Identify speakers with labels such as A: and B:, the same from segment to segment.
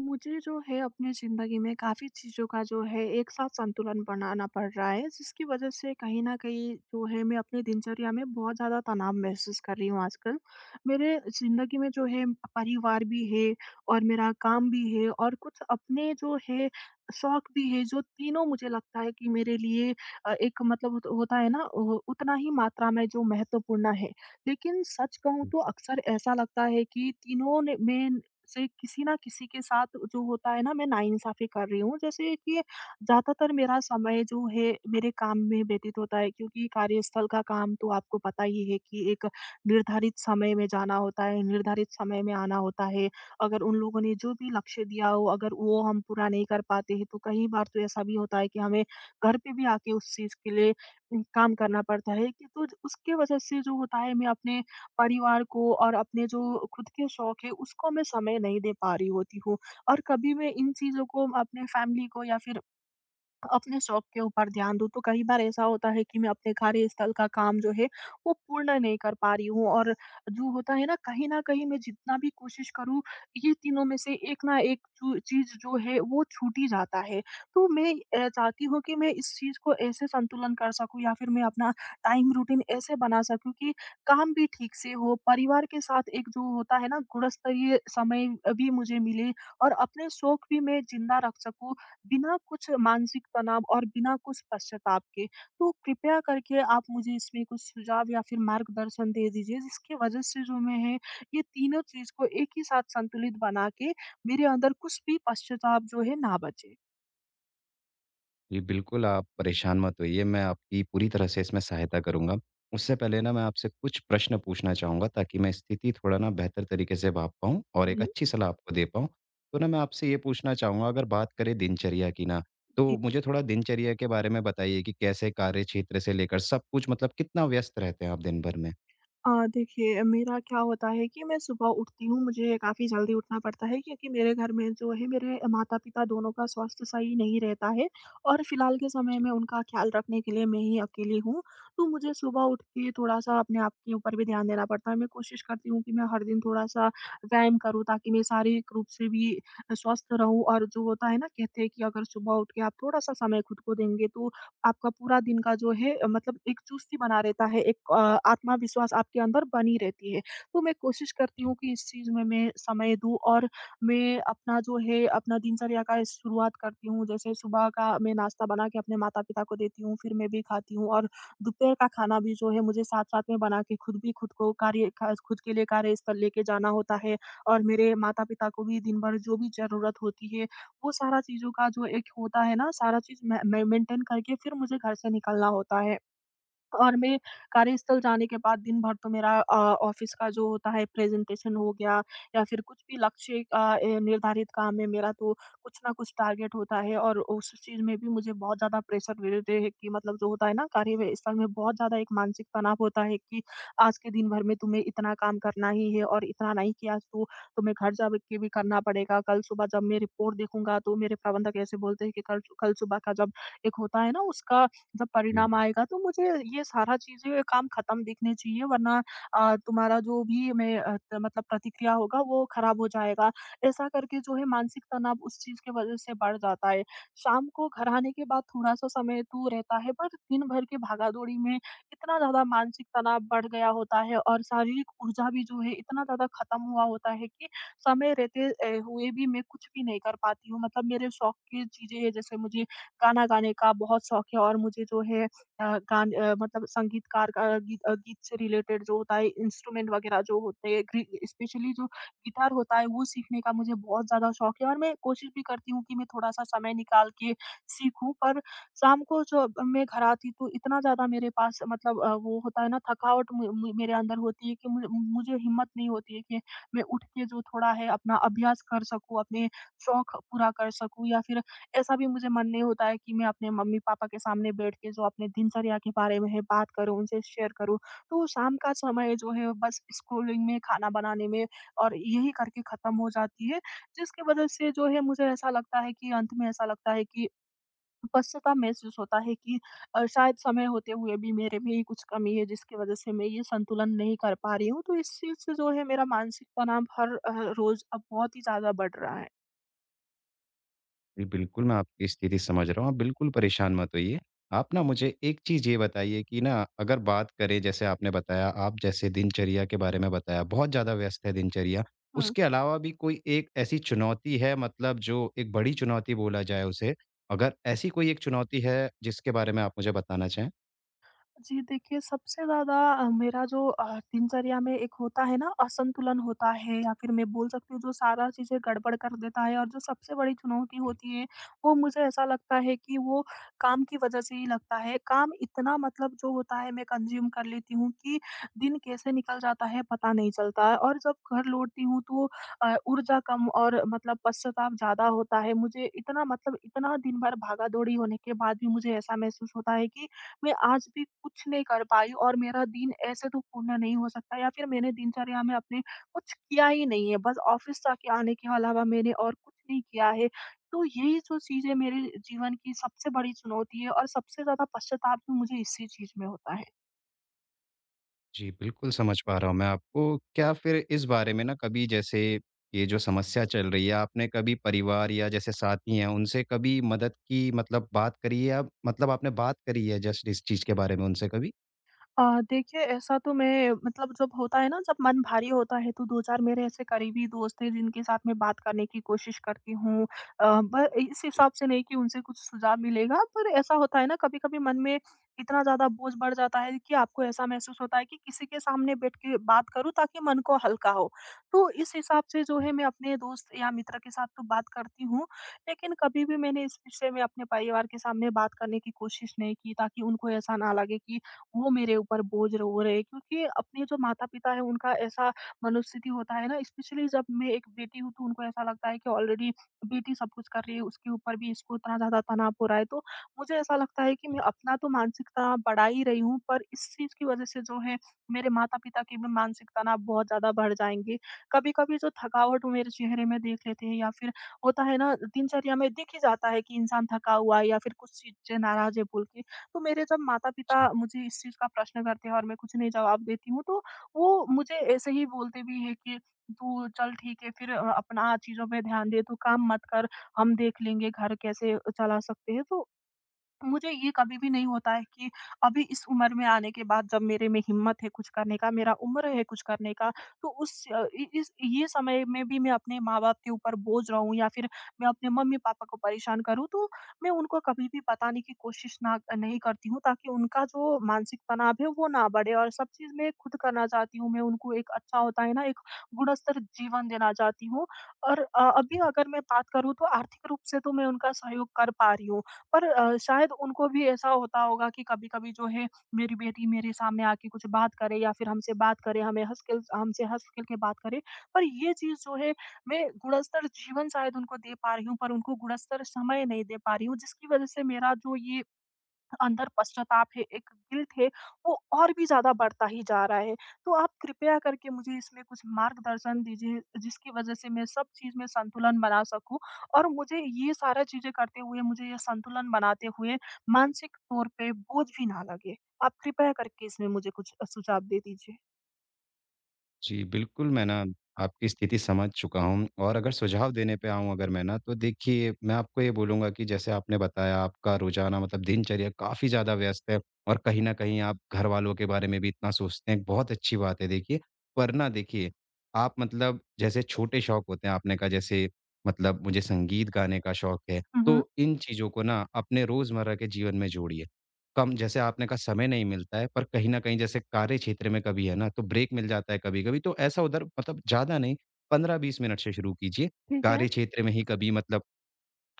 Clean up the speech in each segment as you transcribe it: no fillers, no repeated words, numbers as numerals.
A: मुझे जो है अपने ज़िंदगी में काफ़ी चीज़ों का जो है एक साथ संतुलन बनाना पड़ रहा है, जिसकी वज़ह से कहीं न कहीं जो है मैं अपनी दिनचर्या में बहुत ज़्यादा तनाव महसूस कर रही हूँ आजकल। मेरे ज़िंदगी में जो है परिवार भी है, और मेरा काम भी है, और कुछ अपने जो है शौक भी है, जो तीनों मुझे लगता है कि मेरे लिए एक मतलब होता है ना, ओ उतना ही मात्रा में जो महत्वपूर्ण है। लेकिन सच कहूँ तो अक्सर ऐसा लगता है कि तीनों ने में से किसी ना किसी के साथ जो होता है ना मैं नाइंसाफ़ी कर रही हूँ। जैसे कि ज़्यादातर मेरा समय जो है मेरे काम में व्यतीत होता है, क्योंकि कार्यस्थल का काम तो आपको पता ही है कि एक निर्धारित समय में जाना होता है, निर्धारित समय में आना होता है। अगर उन लोगों ने जो भी लक्ष्य दिया हो, अगर वो हम पूरा नहीं कर पाते हैं तो कई बार तो ऐसा भी होता है कि हमें घर पे भी आके उस चीज़ के लिए काम करना पड़ता है, कि तो उसके वजह से जो होता है मैं अपने परिवार को और अपने जो खुद के शौक है उसको मैं समय नहीं दे पा रही होती हूँ। और कभी मैं इन चीज़ों को अपने फैमिली को या फिर अपने शौक के ऊपर ध्यान दूँ, तो कई बार ऐसा होता है कि मैं अपने कार्यस्थल का काम जो है, वो पूर्ण नहीं कर पा रही हूँ। और जो होता है ना, कहीं न कहीं मैं जितना भी कोशिश करूँ, ये तीनों में से एक ना एक चू चीज़ जो है, वो छूट ही जाता है। तो मैं चाहती हूँ कि मैं इस चीज़ को ऐसे संतुलन कर सकूँ, या फिर मैं अपना टाइम रूटीन ऐसे बना सकूँ कि काम भी ठीक से हो, परिवार के साथ एक जो होता है ना, गुणस्तरीय समय भी मुझे मिले, और अपने शौक भी मैं ज़िंदा रख सकूँ। बिना कुछ मानसिक तनाव और बिना कुछ पश्चाताप के। तो कृपया करके आप मुझे इसमें कुछ सुझाव या फिर मार्गदर्शन दे दीजिए, जिसकी वज़ह से जो मैं है ये तीनों चीज़ को एक ही साथ संतुलित बना के मेरे अंदर कुछ भी पश्चाताप जो है ना बचे।
B: जी, बिल्कुल आप परेशान मत होइए, मैं आपकी पूरी तरह से इसमें सहायता करूँगा। उससे पहले ना मैं आपसे कुछ प्रश्न पूछना चाहूँगा ताकि मैं स्थिति थोड़ा ना बेहतर तरीके से भांप पाऊँ और एक
A: हुँ।
B: अच्छी सलाह आपको दे पाऊँ। तो ना मैं आपसे ये पूछना चाहूँगा, अगर बात करें दिनचर्या की ना, तो मुझे थोड़ा दिनचर्या के बारे में बताइए कि कैसे कार्य क्षेत्र से लेकर सब कुछ मतलब कितना व्यस्त रहते हैं आप दिन भर में?
A: देखिए मेरा क्या होता है कि मैं सुबह उठती हूँ, मुझे काफ़ी जल्दी उठना पड़ता है, क्योंकि मेरे घर में जो है मेरे माता-पिता दोनों का स्वास्थ्य सही नहीं रहता है, और फिलहाल के समय
B: जी,
A: में उनका ख़्याल रखने के लिए मैं ही अकेली हूँ। तो मुझे सुबह उठ के थोड़ा-सा अपने आप के ऊपर भी ध्यान देना पड़ता है। मैं कोशिश करती हूँ कि मैं हर दिन थोड़ा-सा व्यायाम करूँ, ताकि मैं शारीरिक रूप से भी स्वस्थ रहूँ। और जो होता है ना, कहते हैं कि अगर सुबह उठ के आप थोड़ा-सा समय खुद को देंगे तो आपका पूरा दिन का जो है मतलब एक चुस्ती बना रहता है, एक आत्मविश्वास आपके अंदर बनी रहती है। तो मैं कोशिश करती हूँ
B: जी,
A: कि इस चीज़ में मैं समय दूँ, और मैं अपना जो है अपना दिनचर्या का शुरुआत करती हूँ। जैसे सुबह का मैं नाश्ता बना के अपने माता-पिता को देती हूँ, फिर मैं भी खाती हूँ, और दोपहर का खाना भी जो है मुझे साथ-साथ में बना के खुद भी खुद के लिए कार्यस्थल लेके जाना होता है, और मेरे माता-पिता को भी दिन भर जो भी ज़रूरत होती है वो सारा चीज़ों का जो एक होता है ना सारा चीज़ मैं मेंटेन करके फिर मुझे घर से निकलना होता है। और मैं कार्यस्थल जाने के बाद दिन भर तो मेरा ऑफ़िस का जो होता है प्रेज़ेंटेशन हो गया, या फिर कुछ भी लक्ष्य अ, ए निर्धारित काम है मेरा, तो कुछ ना कुछ टारगेट होता है, और उस चीज़ में भी मुझे बहुत ज़्यादा प्रेशर रहते हैं कि मतलब जो होता है ना कार्यस्थल में बहुत ज़्यादा एक मानसिक तनाव होता है कि आज के दिन भर में तुम्हें इतना काम करना ही है, और इतना नहीं किया तो तुम्हें घर जा के भी करना पड़ेगा। कल सुबह जब मैं रिपोर्ट देखूँगा तो मेरे प्रबंधक ऐसे बोलते हैं कि कल कल सुबह का जब एक होता है ना उसका जब
B: जी।
A: परिणाम आएगा तो मुझे ये सारा चीज़ें ये काम ख़त्म दिखने चाहिए, वरना तुम्हारा जो भी मैं अ, त मतलब प्रतिक्रिया होगा वो ख़राब हो जाएगा। ऐसा करके जो है मानसिक तनाव उस चीज़ की वज़ह से बढ़ जाता है। शाम को घर आने के बाद थोड़ा-सा समय तो रहता है, पर दिन भर की भागा-दौड़ी में इतना ज़्यादा मानसिक तनाव बढ़ गया होता है, और शारीरिक ऊर्जा भी जो है इतना ज़्यादा ख़त्म हुआ होता है कि समय रहते हुए भी मैं कुछ भी नहीं कर पाती हूँ। मतलब मेरे शौक की चीज़ें हैं, जैसे मुझे गाना गाने का बहुत शौक है, और मुझे जो है अ, मतलब संगीतकार का गीत से रिलेटेड जो होता है इंस्ट्रूमेंट वगैरह जो होते हैं, स्पेशली जो गिटार होता है वो सीखने का मुझे बहुत ज्यादा शौक है, और मैं कोशिश भी करती हूँ कि मैं थोड़ा सा समय निकाल के सीखूं। पर शाम को जो मैं घर आती तो इतना ज्यादा मेरे पास मतलब वो होता है ना थकावट मु- मु- मेरे अंदर होती है कि मुझे मुझे हिम्मत नहीं होती है कि मैं उठ के जो थोड़ा है अपना अभ्यास कर सकूं, अपने शौक पूरा कर सकूं, या फिर ऐसा भी मुझे मन नहीं होता है कि मैं अपने मम्मी-पापा के सामने बैठ के जो अपने दिनचर्या के बारे में है बात करूँ, उनसे शेयर करूँ। तो शाम का समय जो है बस स्कूलिंग में, खाना बनाने में, और यही करके खत्म हो जाती है, जिसकी वजह से जो है मुझे ऐसा लगता है कि अंत में ऐसा लगता है कि पश्चाताप महसूस होता है कि शायद समय होते हुए भी मेरे में ही कुछ कमी है, जिसकी वजह से मैं ये संतुलन नहीं कर पा रही हूँ। तो इस चीज़ से जो है मेरा मानसिक तनाव हर रोज़ अब बहुत ही ज़्यादा बढ़ रहा है।
B: जी, बिल्कुल, मैं आपकी स्थिति समझ रहा हूँ, आप बिल्कुल परेशान मत होइए। आप ना मुझे एक चीज़ ये बताइए कि ना, अगर बात करें, जैसे आपने बताया, आप जैसे दिनचर्या के बारे में बताया, बहुत ज़्यादा व्यस्त है दिनचर्या।
A: हुँ।
B: उसके अलावा भी कोई एक ऐसी चुनौती है, मतलब जो एक बड़ी चुनौती बोला जाए उसे, अगर ऐसी कोई एक चुनौती है जिसके बारे में आप मुझे बताना चाहें?
A: जी, देखिए सबसे ज़्यादा मेरा जो दिनचर्या में एक होता है ना असंतुलन होता है, या फिर मैं बोल सकती हूँ जो सारा चीज़ें गड़बड़ कर देता है और जो सबसे बड़ी चुनौती होती है, वो मुझे ऐसा लगता है कि वो काम की वज़ह से ही लगता है। काम इतना मतलब जो होता है मैं कंज़्यूम कर लेती हूँ कि दिन कैसे निकल जाता है पता नहीं चलता है, और जब घर लौटती हूँ तो ऊर्जा कम, और मतलब पश्चाताप ज़्यादा होता है। मुझे इतना मतलब इतना दिन भर भागा-दौड़ी होने के बाद भी मुझे ऐसा महसूस होता है कि मैं आज भी कुछ नहीं कर पाई, और मेरा दिन ऐसे तो पूर्ण नहीं हो सकता, या फिर मैंने दिनचर्या में अपने कुछ किया ही नहीं है। बस ऑफिस जाके आने के अलावा मैंने और कुछ नहीं किया है। तो यही जो चीज़ है मेरे जीवन की सबसे बड़ी चुनौती है, और सबसे ज़्यादा पश्चाताप भी मुझे इसी चीज़ में होता है।
B: जी, बिल्कुल समझ पा रहा हूँ मैं आपको। क्या फिर इस बारे में ना कभी, जैसे ये जो समस्या चल रही है, आपने कभी परिवार या जैसे साथी हैं, उनसे कभी मदद की मतलब बात करी है आप, मतलब आपने बात करी है जस्ट इस चीज़ के बारे में उनसे कभी?
A: अ, देखिए ऐसा तो मैं मतलब जब होता है ना जब मन भारी होता है तो 2-4 मेरे ऐसे करीबी दोस्त हैं जिनके साथ मैं बात करने की कोशिश करती हूँ। अ, ब इस
B: जी,
A: हिसाब से नहीं कि उनसे कुछ सुझाव मिलेगा, पर ऐसा होता है ना कभी-कभी मन में इतना ज़्यादा बोझ बढ़ जाता है कि आपको ऐसा महसूस होता है कि किसी के सामने बैठ के बात करूँ, ताकि मन को हल्का हो। तो इस हिसाब से जो है
B: जी,
A: मैं अपने दोस्त या मित्र के साथ तो बात करती हूँ, लेकिन कभी भी मैंने इस विषय में अपने परिवार के सामने बात करने की कोशिश नहीं की, ताकि उनको ऐसा ना लगे कि वो मेरे ऊपर बोझ हो रहे हैं। क्योंकि अपने जो माता-पिता हैं उनका ऐसा मनोस्थिति होता है ना, स्पेशली जब मैं एक बेटी हूँ, तो उनको ऐसा लगता है कि ऑलरेडी बेटी सब कुछ कर रही है, उसके ऊपर भी इसको इतना ज़्यादा तनाव हो रहा है। तो मुझे ऐसा लगता है कि मैं अपना तो मानसिक तनाव बढ़ा ही रही हूँ, पर इस चीज़ की वज़ह से जो है मेरे माता-पिता के भी मानसिक तनाव बहुत ज़्यादा बढ़ जाएँगे। कभी-कभी जो थकावट वो मेरे चेहरे में देख लेते हैं, या फिर होता है ना दिनचर्या में दिख ही जाता है कि इंसान थका हुआ है या फिर कुछ चीज़ से नाराज़ है बोल के। तो मेरे जब माता-पिता
B: जी।
A: मुझे इस चीज़ का प्रश्न करते हैं और मैं कुछ नहीं जवाब देती हूँ, तो वो मुझे ऐसे ही बोलते भी हैं कि, "तू चल ठीक है, फिर अपना चीज़ों पे ध्यान दे, तू काम मत कर, हम देख लेंगे घर कैसे चला सकते हैं।" तो मुझे ये कभी भी नहीं होता है कि अभी इस उम्र में आने के बाद जब मेरे में हिम्मत है कुछ करने का, मेरा उम्र है कुछ करने का, तो उस अ, इ इस ये समय में भी मैं अपने माँ-बाप के ऊपर बोझ रहूँ, या फिर मैं अपने मम्मी-पापा को परेशान करूँ, तो मैं उनको कभी भी बताने की कोशिश ना नहीं करती हूँ, ताकि उनका जो मानसिक तनाव है, वो ना बढ़े, और सब चीज़ मैं खुद करना चाहती हूँ। मैं उनको एक अच्छा होता है ना, एक गुणस्तर जीवन देना चाहती हूँ, और अभी अगर मैं बात करूँ तो आर्थिक रूप से तो मैं उनका सहयोग कर पा रही हूँ। पर शायद उनको भी ऐसा होता होगा कि कभी-कभी जो है मेरी बेटी मेरे सामने आके कुछ बात करे, या फिर हमसे बात करे, हमें हँस के हमसे हँस खेल के बात करे। पर ये चीज़ जो है मैं गुणस्तर जीवन शायद उनको दे पा रही हूँ, पर उनको गुणस्तर समय नहीं दे पा रही हूँ, जिसकी वज़ह से मेरा जो ये अंदर पश्चाताप है, एक गिल्ट है, वो और भी ज़्यादा बढ़ता ही जा रहा है। तो आप कृपया करके मुझे इसमें कुछ मार्गदर्शन दीजिए, जिसकी वज़ह से मैं सब चीज़ में संतुलन बना सकूँ, और मुझे ये सारा चीज़ें करते हुए, मुझे ये संतुलन बनाते हुए मानसिक तौर पे बोझ भी ना लगे। आप कृपया करके इसमें मुझे कुछ सुझाव दे दीजिए।
B: जी, बिल्कुल, मैं ना आपकी स्थिति समझ चुका हूँ, और अगर सुझाव देने पे आऊँ अगर मैं ना, तो देखिए, मैं आपको ये बोलूँगा कि जैसे आपने बताया, आपका रोज़ाना मतलब दिनचर्या काफ़ी ज़्यादा व्यस्त है, और कहीं न कहीं आप घरवालों के बारे में भी इतना सोचते हैं, बहुत अच्छी बात है देखिए। पर ना देखिए, आप मतलब जैसे छोटे शौक होते हैं, आपने कहा जैसे मतलब मुझे संगीत गाने का शौक है,
A: हुँ, हुँ,
B: तो इन चीज़ों को ना अपने रोज़मर्रा के जीवन में जोड़िए। कम, जैसे आपने कहा समय नहीं मिलता है, पर कहीं न कहीं जैसे कार्य क्षेत्र में कभी है ना, तो ब्रेक मिल जाता है कभी-कभी, तो ऐसा उधर मतलब ज़्यादा नहीं, 15-20 मिनट से शुरू कीजिए।
A: ठीक है।
B: कार्य क्षेत्र में ही कभी मतलब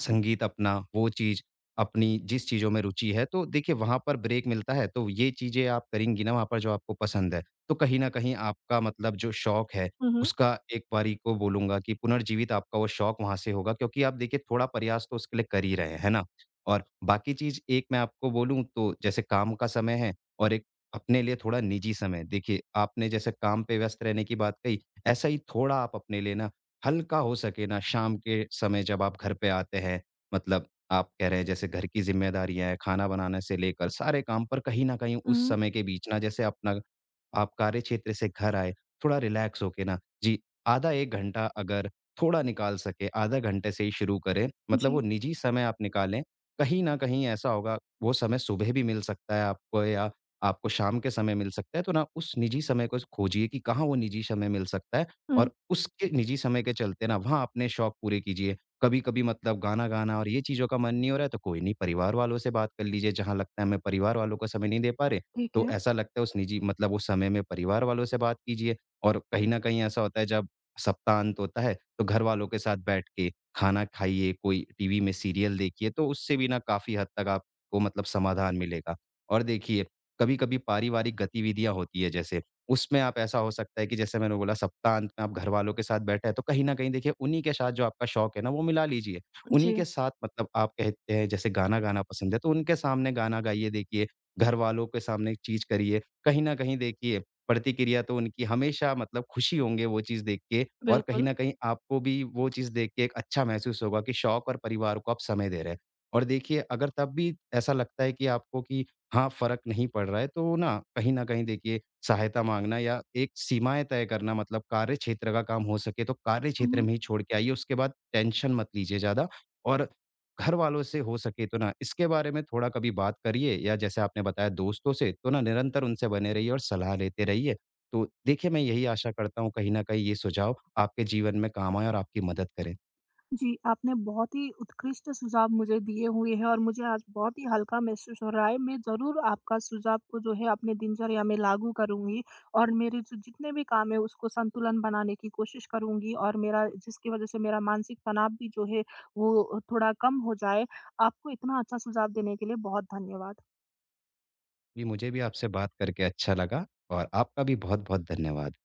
B: संगीत अपना, वो चीज़ अपनी, जिस चीज़ों में रुचि है, तो देखिए वहाँ पर ब्रेक मिलता है, तो ये चीज़ें आप करेंगी ना वहाँ पर जो आपको पसंद है, तो कहीं न कहीं आपका मतलब जो शौक है,
A: हुँ, हुँ,
B: उसका एक बारी को बोलूँगा कि पुनर्जीवित आपका वो शौक वहाँ से होगा, क्योंकि आप देखिए थोड़ा प्रयास तो उसके लिए कर ही रहे हैं, है ना? और बाकी चीज़ एक मैं आपको बोलूँ, तो जैसे काम का समय है और एक अपने लिए थोड़ा निजी समय, देखिए आपने जैसे काम पे व्यस्त रहने की बात कही, ऐसा ही थोड़ा आप अपने लिए ना हल्का हो सके ना, शाम के समय जब आप घर पे आते हैं, मतलब आप कह रहे हैं जैसे घर की ज़िम्मेदारियाँ हैं, खाना बनाने से लेकर सारे काम, पर कहीं न कहीं उस
A: हुँ,
B: समय के बीच ना, जैसे अपना आप कार्यक्षेत्र से घर आए, थोड़ा रिलैक्स होके ना जी, आधा 1 घंटा अगर थोड़ा निकाल सके, आधा घंटे से ही शुरू करें, मतलब
A: जी।
B: वो निजी समय आप निकालें। कहीं न कहीं ऐसा होगा, वो समय सुबह भी मिल सकता है आपको या आपको शाम के समय मिल सकता है, तो ना उस निजी समय को खोजिए कि कहाँ वो निजी समय मिल सकता है,
A: हुँ,
B: और उसके निजी समय के चलते ना वहाँ अपने शौक पूरे कीजिए। कभी-कभी मतलब गाना गाना और ये चीज़ों का मन नहीं हो रहा है, तो कोई नहीं, परिवार वालों से बात कर लीजिए, जहाँ लगता है मैं परिवार वालों को समय नहीं दे पा रहे,
A: ठीक
B: तो
A: है।
B: ऐसा लगता है उस निजी मतलब उस समय में परिवार वालों से बात कीजिए, और कहीं न कहीं ऐसा होता है जब सप्ताहांत होता है, तो घरवालों के साथ बैठ के खाना खाइए, कोई टीवी में सीरियल देखिए, तो उससे भी ना काफ़ी हद तक आपको मतलब समाधान मिलेगा। और देखिए, कभी-कभी पारिवारिक गतिविधियाँ होती है जैसे, उसमें आप ऐसा हो सकता है कि जैसे मैंने बोला सप्ताहांत में आप घरवालों के साथ बैठे हैं, तो कहीं न कहीं देखिए उन्हीं के साथ जो आपका शौक है ना, वो मिला लीजिए। उन्हीं
A: जी,
B: के साथ मतलब आप कहते हैं जैसे गाना गाना पसंद है, तो उनके सामने गाना गाइए देखिए। घरवालों के सामने एक चीज़ करिए। कहीं न कहीं देखिए, प्रतिक्रिया तो उनकी हमेशा मतलब खुशी होंगे वो चीज़ देख के, और कहीं
A: बिल्कुल।
B: न कहीं आपको भी वो चीज़ देख के एक अच्छा महसूस होगा कि शौक और परिवार को आप समय दे रहे हैं। और देखिए, अगर तब भी ऐसा लगता है कि आपको कि हाँ, फ़र्क नहीं पड़ रहा है, तो ना कहीं न कहीं देखिए, सहायता माँगना या एक सीमाएँ तय करना, मतलब कार्यक्षेत्र का काम हो सके तो कार्यक्षेत्र
A: हुँ।
B: में ही छोड़ के आइए, उसके बाद टेंशन मत लीजिए ज़्यादा। और घर वालों से हो सके तो ना इसके बारे में थोड़ा कभी बात करिए, या जैसे आपने बताया दोस्तों से, तो ना निरंतर उनसे बने रहिए और सलाह लेते रहिए। तो देखिए मैं यही आशा करता हूँ कहीं न कहीं ये सुझाव आपके जीवन में काम आएँ और आपकी मदद करें।
A: जी, आपने बहुत ही उत्कृष्ट सुझाव मुझे दिए हुए हैं, और मुझे आज बहुत ही हल्का महसूस हो रहा है। मैं ज़रूर आपका सुझाव को जो है अपने दिनचर्या में लागू करूँगी, और मेरे जो जितने भी काम हैं उसको संतुलन बनाने की कोशिश करूँगी, और मेरा जिसकी वज़ह से मेरा मानसिक तनाव भी जो है वो थोड़ा कम हो जाए। आपको इतना अच्छा सुझाव देने के लिए बहुत धन्यवाद।
B: जी, मुझे भी आपसे बात करके अच्छा लगा और आपका भी बहुत-बहुत धन्यवाद।